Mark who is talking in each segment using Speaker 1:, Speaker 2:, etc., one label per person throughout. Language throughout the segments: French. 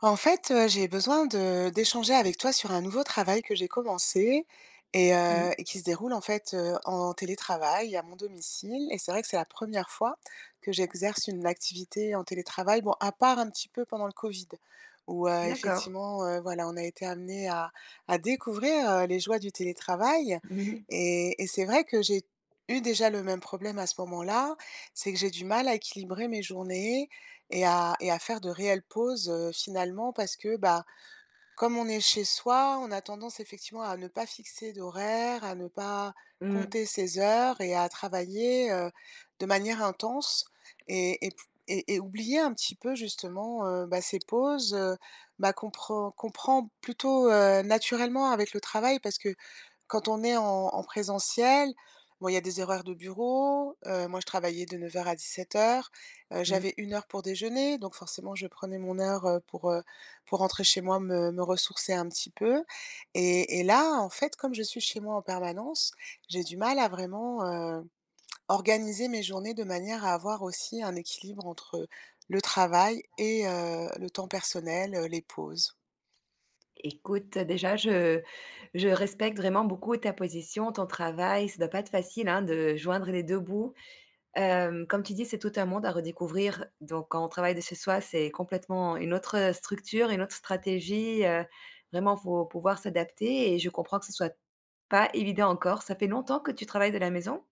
Speaker 1: En fait, j'ai besoin de d'échanger avec toi sur un nouveau travail que j'ai commencé et heu
Speaker 2: Mmh.
Speaker 1: et qui se déroule, en fait, en télétravail à mon domicile et c'est vrai que c'est la première fois que j'exerce une activité en télétravail. Bon, à part un petit peu pendant le covid où,
Speaker 2: D'accord.
Speaker 1: effectivement, voilà, on a été amené à découvrir, les joies du télétravail
Speaker 2: Mmh.
Speaker 1: et c'est vrai que j'ai eu déjà le même problème à ce moment-là, c'est que j'ai du mal à équilibrer mes journées et à faire de réelles pauses, finalement parce que, bah, comme on est chez soi, on a tendance effectivement à ne pas fixer d'horaire, à ne pas
Speaker 2: Mmh.
Speaker 1: compter ses heures et à travailler, de manière intense et et et oublier un petit peu justement, bah, ces pauses, bah, qu'on prend plutôt, naturellement avec le travail parce que quand on est en présentiel, bon, il y a des horaires de bureau, moi je travaillais de 9h à 17h,
Speaker 2: Mmh.
Speaker 1: j'avais une heure pour déjeuner, donc forcément je prenais mon heure, pour rentrer chez moi me ressourcer un petit peu et là, en fait, comme je suis chez moi en permanence, j'ai du mal à vraiment, organiser mes journées de manière à avoir aussi un équilibre entre le travail et le temps personnel, les pauses.
Speaker 2: Écoute, déjà, je respecte vraiment beaucoup ta position, ton travail. Ça doit pas être facile, hein, de joindre les 2 bouts. Comme tu dis, c'est tout un monde à redécouvrir. Donc quand on travaille de chez soi, c'est complètement une autre structure, une autre stratégie, vraiment, faut pouvoir s'adapter et je comprends que ce soit pas évident encore. Ça fait longtemps que tu travailles de la maison?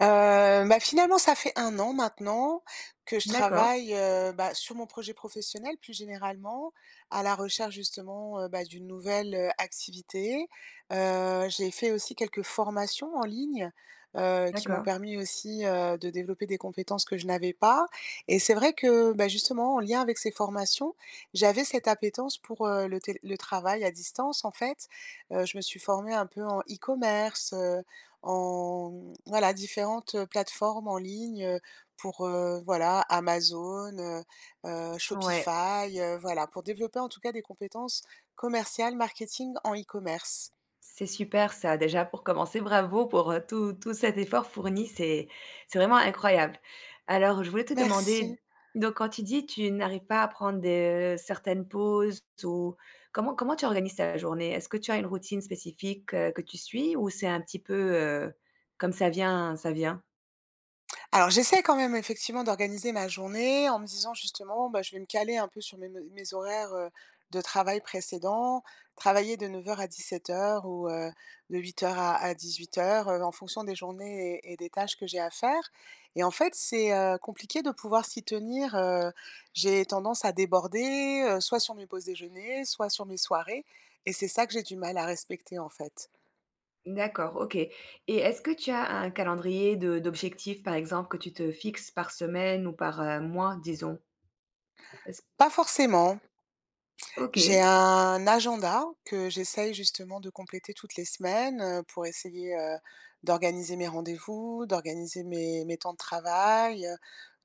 Speaker 1: Bah, finalement, ça fait un an maintenant que je
Speaker 2: D'accord,
Speaker 1: travaille, bah, sur mon projet professionnel plus généralement, à la recherche justement, bah, d'une nouvelle, activité. J'ai fait aussi quelques formations en ligne, qui m'ont
Speaker 2: d'accord.
Speaker 1: permis aussi, de développer des compétences que je n'avais pas et c'est vrai que, bah, justement, en lien avec ces formations, j'avais cette appétence pour, le travail à distance en fait. Je me suis formée un peu en e-commerce, en, mmh, voilà, différentes, plateformes en ligne, pour, voilà, Amazon,
Speaker 2: Ouais.
Speaker 1: Shopify, voilà, pour développer en tout cas des compétences commerciales, marketing en e-commerce.
Speaker 2: C'est super ça, déjà pour commencer, bravo pour, tout cet effort fourni, c'est vraiment incroyable. Alors je voulais te
Speaker 1: Merci.
Speaker 2: demander, donc quand tu dis tu n'arrives pas à prendre des certaines pauses ou comment tu organises ta journée? Est-ce que tu as une routine spécifique, que tu suis ou c'est un petit peu, comme ça vient, ça vient?
Speaker 1: Alors j'essaie quand même effectivement d'organiser ma journée en me disant justement, bah, je vais me caler un peu sur mes horaires, de travail précédents, travailler de 9h à 17h ou, de 8h à 18h, en fonction des journées et des tâches que j'ai à faire et en fait, c'est, compliqué de pouvoir s'y tenir, j'ai tendance à déborder, soit sur mes pauses déjeuner, soit sur mes soirées et c'est ça que j'ai du mal à respecter, en fait.
Speaker 2: D'accord, OK et est-ce que tu as un calendrier de d'objectifs, par exemple, que tu te fixes par semaine ou par, mois, disons? Est-ce
Speaker 1: Pas forcément. J'ai
Speaker 2: OK.
Speaker 1: un agenda que j'essaye justement de compléter toutes les semaines, pour essayer, d'organiser mes rendez-vous, d'organiser mes temps de travail,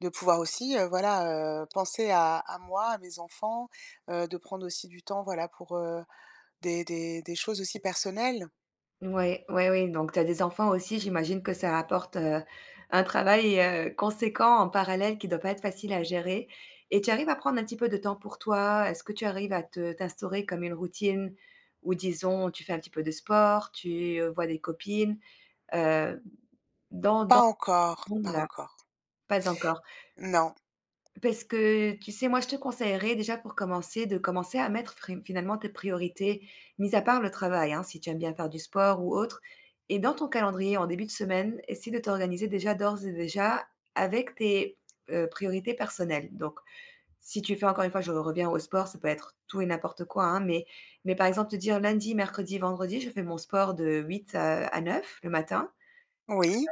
Speaker 1: de pouvoir aussi, voilà, penser à moi, à mes enfants, de prendre aussi du temps, voilà, pour, des choses aussi personnelles.
Speaker 2: Ouais, ouais, oui, donc tu as des enfants aussi, j'imagine que ça apporte, un travail, conséquent en parallèle qui doit pas être facile à gérer et tu arrives à prendre un petit peu de temps pour toi? Est-ce que tu arrives à te t'instaurer comme une routine où disons tu fais un petit peu de sport, tu, vois des copines? Heu, dans dans
Speaker 1: Pas encore, pas
Speaker 2: là,
Speaker 1: encore.
Speaker 2: pas encore.
Speaker 1: Non.
Speaker 2: Parce que, tu sais, moi, je te conseillerais déjà pour commencer, de commencer à mettre fri finalement tes priorités, mis à part le travail, hein, si tu aimes bien faire du sport ou autre. Et dans ton calendrier, en début de semaine, essaie de t'organiser déjà d'ores et déjà avec tes, priorités personnelles. Donc, si tu fais encore une fois, je reviens au sport, ça peut être tout et n'importe quoi, hein, mais par exemple, te dire: «Lundi, mercredi, vendredi, je fais mon sport de 8 à 9 le matin
Speaker 1: Oui,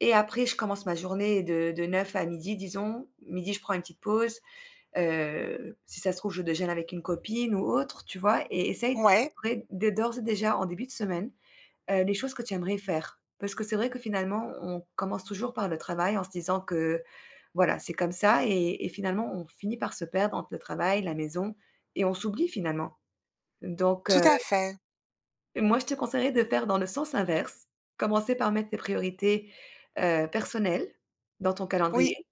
Speaker 2: et après je commence ma journée de 9 à midi, disons. Midi, je prends une petite pause. Si ça se trouve, je déjeune avec une copine ou autre, tu vois?» Et essaye
Speaker 1: ouais,
Speaker 2: d'incorporer dès d'ores et déjà en début de semaine, les choses que tu aimerais faire. Parce que c'est vrai que finalement, on commence toujours par le travail en se disant que, voilà, c'est comme ça et finalement, on finit par se perdre entre le travail, la maison et on s'oublie finalement. Donc,
Speaker 1: tout à fait.
Speaker 2: moi, je te conseillerais de faire dans le sens inverse. Commencer par mettre tes priorités, personnelles dans ton
Speaker 1: Oui,
Speaker 2: calendrier.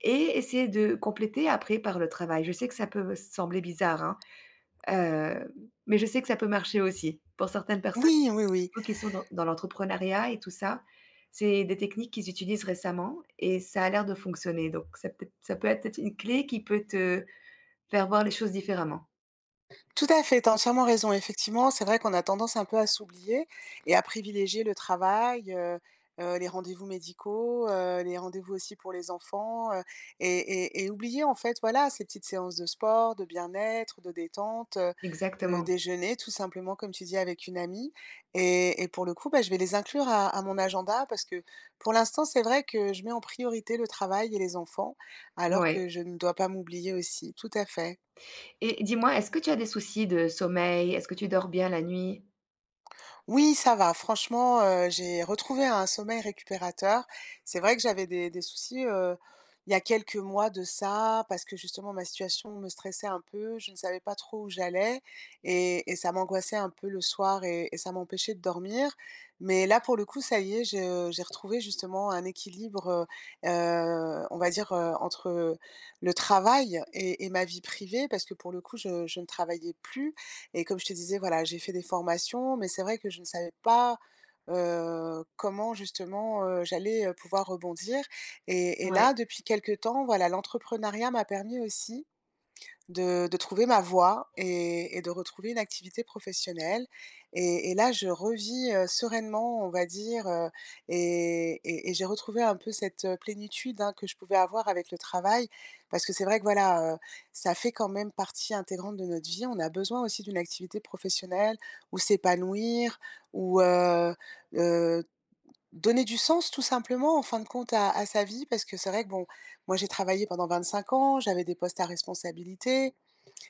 Speaker 2: Et essayer de compléter après par le travail. Je sais que ça peut sembler bizarre, hein, heu, mais je sais que ça peut marcher aussi. Pour certaines personnes,
Speaker 1: oui, oui, oui.
Speaker 2: surtout qui sont dans l'entrepreneuriat et tout ça, c'est des techniques qu'ils utilisent récemment et ça a l'air de fonctionner. Donc ça peut être une clé qui peut te faire voir les choses différemment.
Speaker 1: Tout à fait, tu as entièrement raison. Effectivement, c'est vrai qu'on a tendance un peu à s'oublier et à privilégier le travail, les rendez-vous médicaux, les rendez-vous aussi pour les enfants, et et oublier, en fait, voilà, ces petites séances de sport, de bien-être, de détente, de
Speaker 2: Exactement,
Speaker 1: déjeuner tout simplement, comme tu dis, avec une amie et pour le coup, bah, je vais les inclure à mon agenda parce que, pour l'instant, c'est vrai que je mets en priorité le travail et les enfants alors que
Speaker 2: ouais,
Speaker 1: je ne dois pas m'oublier aussi, tout à fait.
Speaker 2: et dis-moi, est-ce que tu as des soucis de sommeil? Est-ce que tu dors bien la nuit?
Speaker 1: Oui, ça va. Franchement, j'ai retrouvé un sommeil récupérateur. C'est vrai que j'avais des soucis, il y a quelques mois de ça, parce que justement ma situation me stressait un peu, je ne savais pas trop où j'allais et ça m'angoissait un peu le soir et ça m'empêchait de dormir. Mais là, pour le coup, ça y est, je j'ai retrouvé justement un équilibre, on va dire, entre le travail et ma vie privée, parce que pour le coup, je ne travaillais plus et comme je te disais, voilà, j'ai fait des formations, mais c'est vrai que je ne savais pas, comment justement, j'allais, pouvoir rebondir et
Speaker 2: Ouais,
Speaker 1: là, depuis quelque temps, voilà, l'entrepreneuriat m'a permis aussi de trouver ma voie et de retrouver une activité professionnelle et là, je revis, sereinement, on va dire, et j'ai retrouvé un peu cette, plénitude, hein, que je pouvais avoir avec le travail. Parce que c'est vrai que, voilà, ça fait quand même partie intégrante de notre vie. On a besoin aussi d'une activité professionnelle où s'épanouir, où, heu, donner du sens tout simplement, en fin de compte, à sa vie. Parce que c'est vrai que, bon, moi, j'ai travaillé pendant 25 ans, j'avais des postes à responsabilité.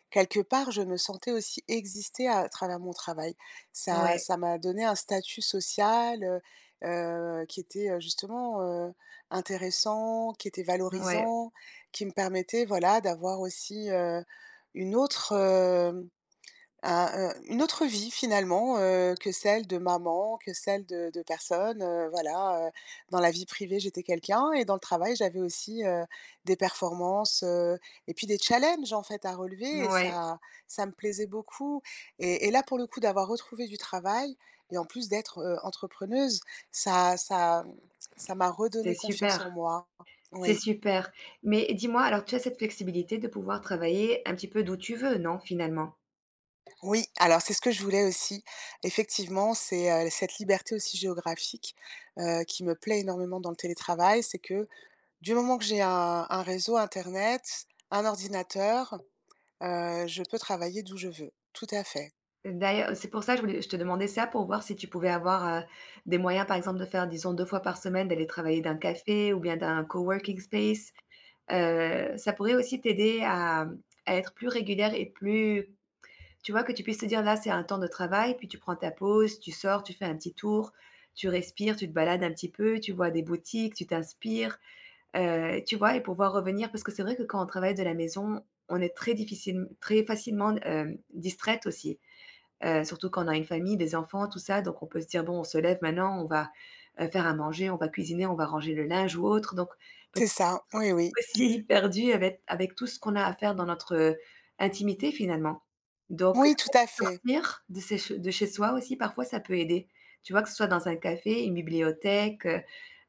Speaker 1: Quelque part, je me sentais aussi exister à travers mon travail. Ça
Speaker 2: ouais,
Speaker 1: ça m'a donné un statut social, qui était, justement, intéressant, qui était
Speaker 2: ouais,
Speaker 1: valorisant, qui me permettait, voilà, d'avoir aussi, une autre, euh, une autre vie finalement, que celle de maman, que celle de personnes, voilà, dans la vie privée, j'étais quelqu'un et dans le travail, j'avais aussi, des performances, et puis des challenges, en fait, à relever et
Speaker 2: ouais.
Speaker 1: ça ça me plaisait beaucoup et là, pour le coup, d'avoir retrouvé du travail et en plus d'être, entrepreneuse, ça ça, mmh, ça m'a
Speaker 2: C'est
Speaker 1: redonné confiance en
Speaker 2: super.
Speaker 1: moi.
Speaker 2: C'est
Speaker 1: Oui.
Speaker 2: super. Mais dis-moi, alors tu as cette flexibilité de pouvoir travailler un petit peu d'où tu veux, non, finalement?
Speaker 1: Oui, alors c'est ce que je voulais aussi. Effectivement, c'est, cette liberté aussi géographique, qui me plaît énormément dans le télétravail. C'est que du moment que j'ai un réseau internet, un ordinateur, je peux travailler d'où je veux. Tout à fait.
Speaker 2: D'ailleurs, c'est pour ça que je te demandais ça pour voir si tu pouvais avoir, des moyens, par exemple, de faire, disons, 2 fois par semaine, d'aller travailler d'un café ou bien d'un coworking space. Ça pourrait aussi t'aider à, mmh, à être plus régulière et plus, tu vois, que tu puisses te dire: «Là, c'est un temps de travail», puis tu prends ta pause, tu sors, tu fais un petit tour, tu respires, tu te balades un petit peu, tu vois des boutiques, tu t'inspires. Tu vois? Et pouvoir revenir parce que c'est vrai que quand on travaille de la maison, on est très facilement, distraite aussi. Surtout quand on a une famille, des enfants, tout ça, donc on peut se dire: «Bon, on se lève maintenant, on va, faire à manger, on va cuisiner, on va ranger le linge ou autre», donc peut-être
Speaker 1: C'est ça, oui, oui.
Speaker 2: aussi perdu avec tout ce qu'on a à faire dans notre, intimité finalement. Donc
Speaker 1: Oui, tout à fait.
Speaker 2: sortir de chez che de chez soi aussi, parfois ça peut aider. Tu vois? Que ce soit dans un café, une bibliothèque,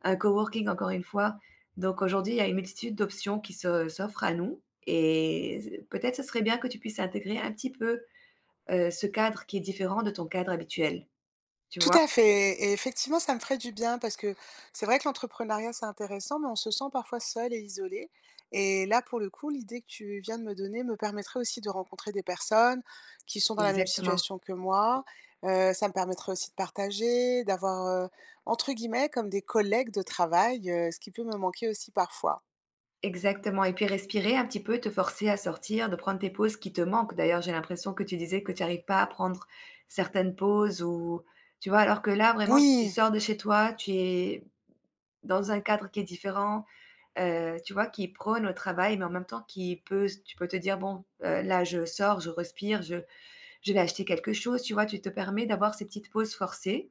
Speaker 2: un coworking encore une fois. Donc aujourd'hui, il y a une multitude d'options qui se s'offrent à nous et peut-être ce serait bien que tu puisses intégrer un petit peu, ce cadre qui est différent de ton cadre habituel, tu
Speaker 1: Tout
Speaker 2: vois?
Speaker 1: à fait et effectivement, ça me ferait du bien parce que c'est vrai que l'entrepreneuriat, c'est intéressant, mais on se sent parfois seul et isolé et là, pour le coup, l'idée que tu viens de me donner me permettrait aussi de rencontrer des personnes qui sont dans la même
Speaker 2: Exactement,
Speaker 1: situation que moi. Ça me permettrait aussi de partager, d'avoir, entre guillemets «comme des collègues de travail», ce qui peut me manquer aussi parfois.
Speaker 2: exactement et puis respirer un petit peu, te forcer à sortir, de prendre tes pauses qui te manquent. D'ailleurs, j'ai l'impression que tu disais que tu n'arrives pas à prendre certaines pauses ou tu vois? Alors que là, vraiment, si tu
Speaker 1: Oui,
Speaker 2: sors de chez toi, tu es dans un cadre qui est différent, tu vois? Qui prône au travail, mais en même temps qui peut tu peux te dire: «Bon, là, je sors, je respire, je vais acheter quelque chose», tu vois? Tu te permets d'avoir ces petites pauses forcées,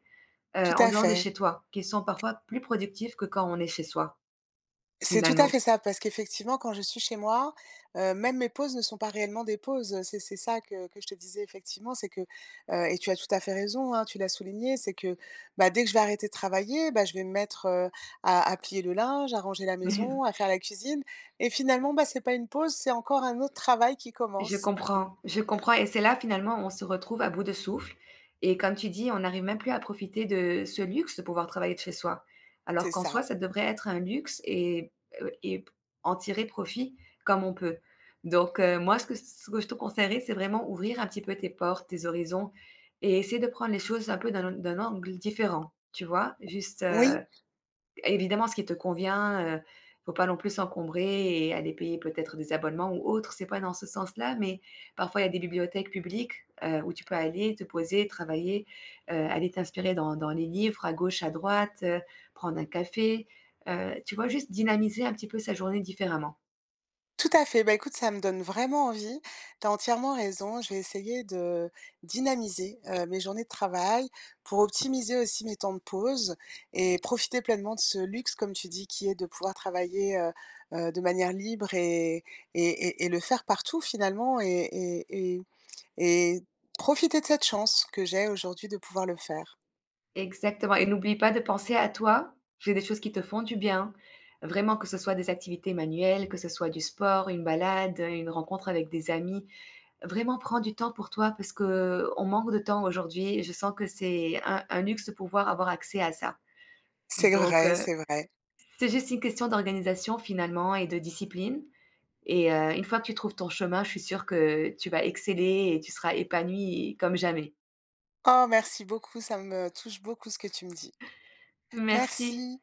Speaker 1: tout
Speaker 2: En
Speaker 1: à
Speaker 2: dehors de
Speaker 1: fait.
Speaker 2: chez toi, qui sont parfois plus productifs que quand on est chez soi,
Speaker 1: C'est tout à
Speaker 2: finalement.
Speaker 1: fait ça, parce qu'effectivement, quand je suis chez moi, même mes pauses ne sont pas réellement des pauses, c'est ça que je te disais effectivement, c'est que, et tu as tout à fait raison, hein, tu l'as souligné, c'est que, bah, dès que je vais arrêter de travailler, bah, je vais me mettre, à plier le linge, à ranger la maison, à faire la cuisine et finalement, bah, c'est pas une pause, c'est encore un autre travail qui
Speaker 2: Je
Speaker 1: commence.
Speaker 2: comprends, je comprends et c'est là, finalement, on se retrouve à bout de souffle et comme tu dis, on n'arrive même plus à profiter de ce luxe de pouvoir travailler de chez soi. Alors
Speaker 1: C'est
Speaker 2: qu'en soi,
Speaker 1: ça.
Speaker 2: ça devrait être un luxe et en tirer profit comme on peut. Donc moi, ce que je te conseillerais, c'est vraiment ouvrir un petit peu tes portes, tes horizons et essayer de prendre les choses un peu d'un angle différent, tu vois? Juste,
Speaker 1: Oui.
Speaker 2: évidemment, ce qui te convient, faut pas non plus s'encombrer et aller payer peut-être des abonnements ou autres. C'est pas dans ce sens-là, mais parfois, il y a des bibliothèques publiques, où tu peux aller te poser, travailler, aller t'inspirer dans les livres à gauche, à droite, prendre un café, tu vois? Juste dynamiser un petit peu sa journée différemment.
Speaker 1: Tout à fait. Bah, écoute, ça me donne vraiment envie. Tu as entièrement raison. Je vais essayer de dynamiser, mes journées de travail pour optimiser aussi mes temps de pause et profiter pleinement de ce luxe, comme tu dis, qui est de pouvoir travailler, de manière libre et le faire partout finalement et et profiter de cette chance que j'ai aujourd'hui de pouvoir le faire.
Speaker 2: Exactement et n'oublie pas de penser à toi. Fais des choses qui te font du bien. Vraiment, que ce soit des activités manuelles, que ce soit du sport, une balade, une rencontre avec des amis. Vraiment prends du temps pour toi parce que on manque de temps aujourd'hui, je sens que c'est un luxe de pouvoir avoir accès à ça.
Speaker 1: C'est
Speaker 2: Donc
Speaker 1: vrai, c'est vrai.
Speaker 2: c'est juste une question d'organisation finalement et de discipline et une fois que tu trouves ton chemin, je suis sûre que tu vas exceller et tu seras épanoui comme jamais.
Speaker 1: Oh merci beaucoup, ça me touche beaucoup ce que tu me dis.
Speaker 2: Merci.
Speaker 1: Merci.